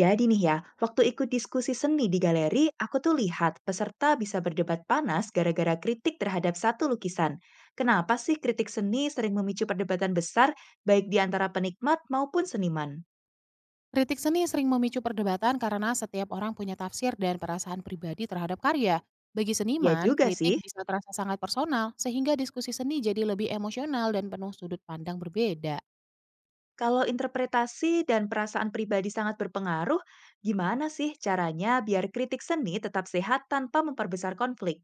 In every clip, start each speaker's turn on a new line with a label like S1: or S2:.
S1: Jadi nih ya, waktu ikut diskusi seni di galeri, aku tuh lihat peserta bisa berdebat panas gara-gara kritik terhadap satu lukisan. Kenapa sih kritik seni sering memicu perdebatan besar, baik di antara penikmat maupun seniman?
S2: Kritik seni sering memicu perdebatan karena setiap orang punya tafsir dan perasaan pribadi terhadap karya. Bagi
S1: Ya
S2: seniman,
S1: juga
S2: kritik
S1: sih,
S2: bisa terasa sangat personal, sehingga diskusi seni jadi lebih emosional dan penuh sudut pandang berbeda.
S1: kalau interpretasi dan perasaan pribadi sangat berpengaruh, gimana sih caranya biar kritik seni tetap sehat tanpa memperbesar konflik?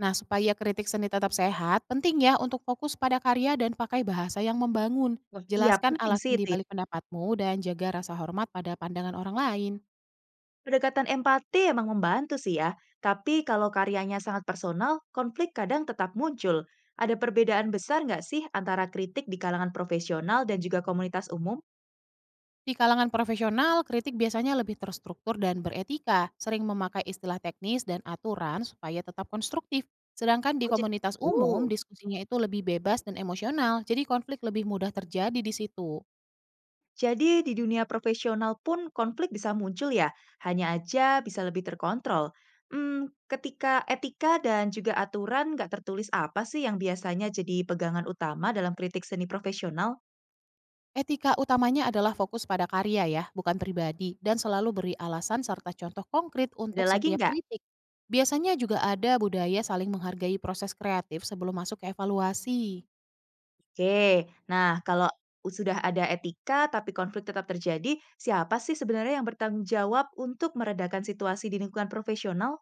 S2: Nah, supaya kritik seni tetap sehat, penting ya untuk fokus pada karya dan pakai bahasa yang membangun.
S1: Wah, iya
S2: Jelaskan
S1: penting sih
S2: alasan di
S1: itu ya.
S2: balik pendapatmu dan jaga rasa hormat pada pandangan orang lain.
S1: Pendekatan empati emang membantu sih ya, tapi kalau karyanya sangat personal, konflik kadang tetap muncul. Ada perbedaan besar nggak sih antara kritik di kalangan profesional dan juga komunitas umum?
S2: Di kalangan profesional, kritik biasanya lebih terstruktur dan beretika, sering memakai istilah teknis dan aturan supaya tetap konstruktif. Sedangkan di
S1: Oh, jadi
S2: komunitas umum,
S1: itu.
S2: diskusinya itu lebih bebas dan emosional, jadi konflik lebih mudah terjadi di situ.
S1: Jadi di dunia profesional pun konflik bisa muncul ya, hanya aja bisa lebih terkontrol. Hmm, ketika etika dan juga aturan nggak tertulis apa sih yang biasanya jadi pegangan utama dalam kritik seni profesional?
S2: Etika utamanya adalah fokus pada karya ya, bukan pribadi, dan selalu beri alasan serta contoh konkret
S1: Ada
S2: untuk
S1: lagi
S2: setiap
S1: nggak.
S2: kritik. Biasanya juga ada budaya saling menghargai proses kreatif sebelum masuk ke evaluasi.
S1: Oke, nah kalau sudah ada etika tapi konflik tetap terjadi, siapa sih sebenarnya yang bertanggung jawab untuk meredakan situasi di lingkungan profesional?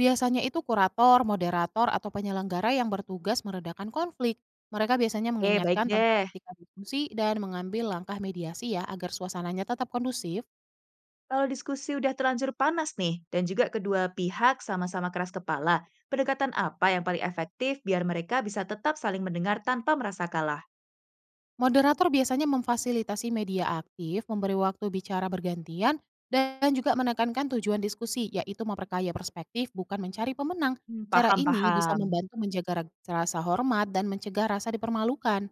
S2: Biasanya itu kurator, moderator, atau penyelenggara yang bertugas meredakan konflik. Mereka biasanya
S1: Oke, baik
S2: mengingatkan tentang
S1: deh.
S2: etika diskusi dan mengambil langkah mediasi ya agar suasananya tetap kondusif.
S1: Kalau diskusi udah terlanjur panas nih, dan juga kedua pihak sama-sama keras kepala, pendekatan apa yang paling efektif biar mereka bisa tetap saling mendengar tanpa merasa kalah?
S2: Moderator biasanya memfasilitasi media aktif, memberi waktu bicara bergantian, dan juga menekankan tujuan diskusi, yaitu memperkaya perspektif bukan mencari pemenang.
S1: Hmm,
S2: Cara
S1: paham,
S2: ini bisa
S1: paham.
S2: membantu menjaga rasa hormat dan mencegah rasa dipermalukan.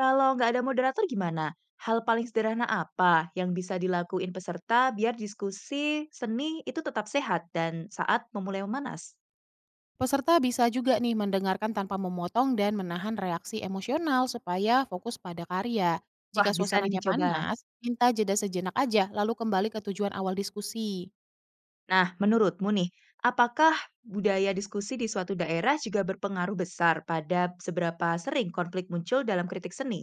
S1: Kalau nggak ada moderator gimana? Hal paling sederhana apa yang bisa dilakuin peserta biar diskusi seni itu tetap sehat dan saat memulai memanas?
S2: Peserta bisa juga nih mendengarkan tanpa memotong dan menahan reaksi emosional supaya fokus pada karya. Jika
S1: Wah, bisa nih
S2: suasananya
S1: dicoba.
S2: panas, minta jeda sejenak aja lalu kembali ke tujuan awal diskusi.
S1: Nah, menurutmu nih, apakah budaya diskusi di suatu daerah juga berpengaruh besar pada seberapa sering konflik muncul dalam kritik seni?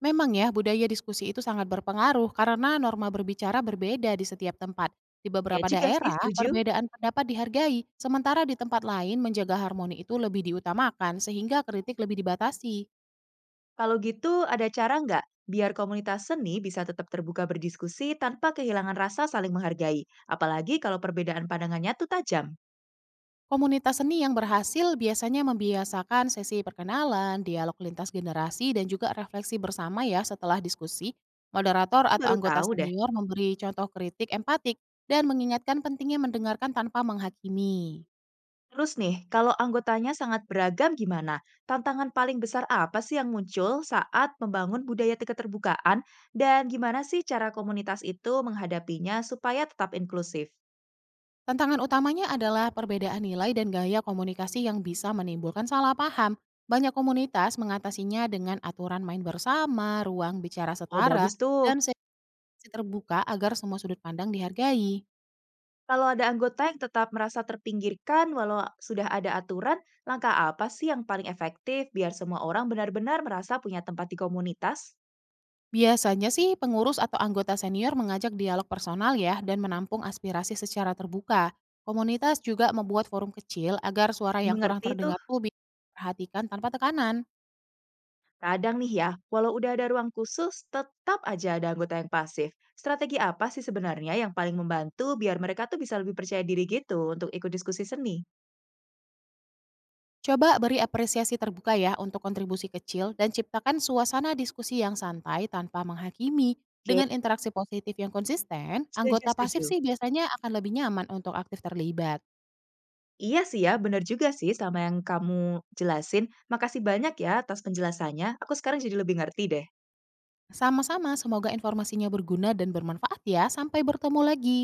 S2: Memang ya, budaya diskusi itu sangat berpengaruh karena norma berbicara berbeda di setiap tempat. Di
S1: Ya
S2: beberapa
S1: juga sih,
S2: daerah,
S1: setuju.
S2: perbedaan pendapat dihargai, sementara di tempat lain menjaga harmoni itu lebih diutamakan sehingga kritik lebih dibatasi.
S1: Kalau gitu, ada cara nggak biar komunitas seni bisa tetap terbuka berdiskusi tanpa kehilangan rasa saling menghargai? Apalagi kalau perbedaan pandangannya tuh tajam.
S2: Komunitas seni yang berhasil biasanya membiasakan sesi perkenalan, dialog lintas generasi, dan juga refleksi bersama ya setelah diskusi. Moderator
S1: Aku
S2: atau
S1: baru
S2: anggota
S1: tahu deh.
S2: senior memberi contoh kritik empatik dan mengingatkan pentingnya mendengarkan tanpa menghakimi.
S1: Terus nih, kalau anggotanya sangat beragam gimana? Tantangan paling besar apa sih yang muncul saat membangun budaya keterbukaan? Dan gimana sih cara komunitas itu menghadapinya supaya tetap inklusif?
S2: Tantangan utamanya adalah perbedaan nilai dan gaya komunikasi yang bisa menimbulkan salah paham. Banyak komunitas mengatasinya dengan aturan main bersama, ruang bicara
S1: Oh,
S2: setara,
S1: bagus tuh.
S2: dan sesi terbuka agar semua sudut pandang dihargai.
S1: Kalau ada anggota yang tetap merasa terpinggirkan walau sudah ada aturan, langkah apa sih yang paling efektif biar semua orang benar-benar merasa punya tempat di komunitas?
S2: Biasanya sih pengurus atau anggota senior mengajak dialog personal ya dan menampung aspirasi secara terbuka. Komunitas juga membuat forum kecil agar suara yang kurang
S1: Dimengerti itu.
S2: terdengar tuh bisa diperhatikan tanpa tekanan.
S1: Kadang nih ya, walau udah ada ruang khusus, tetap aja ada anggota yang pasif. Strategi apa sih sebenarnya yang paling membantu biar mereka tuh bisa lebih percaya diri gitu untuk ikut diskusi seni?
S2: Coba beri apresiasi terbuka ya untuk kontribusi kecil dan ciptakan suasana diskusi yang santai tanpa menghakimi.
S1: Oke,
S2: Dengan interaksi positif yang konsisten,
S1: setuju,
S2: anggota pasif
S1: setuju.
S2: sih biasanya akan lebih nyaman untuk aktif terlibat.
S1: Iya sih ya, bener juga sih sama yang kamu jelasin. Makasih banyak ya atas penjelasannya. Aku sekarang jadi lebih ngerti deh.
S2: Sama-sama, semoga informasinya berguna dan bermanfaat ya. Sampai bertemu lagi.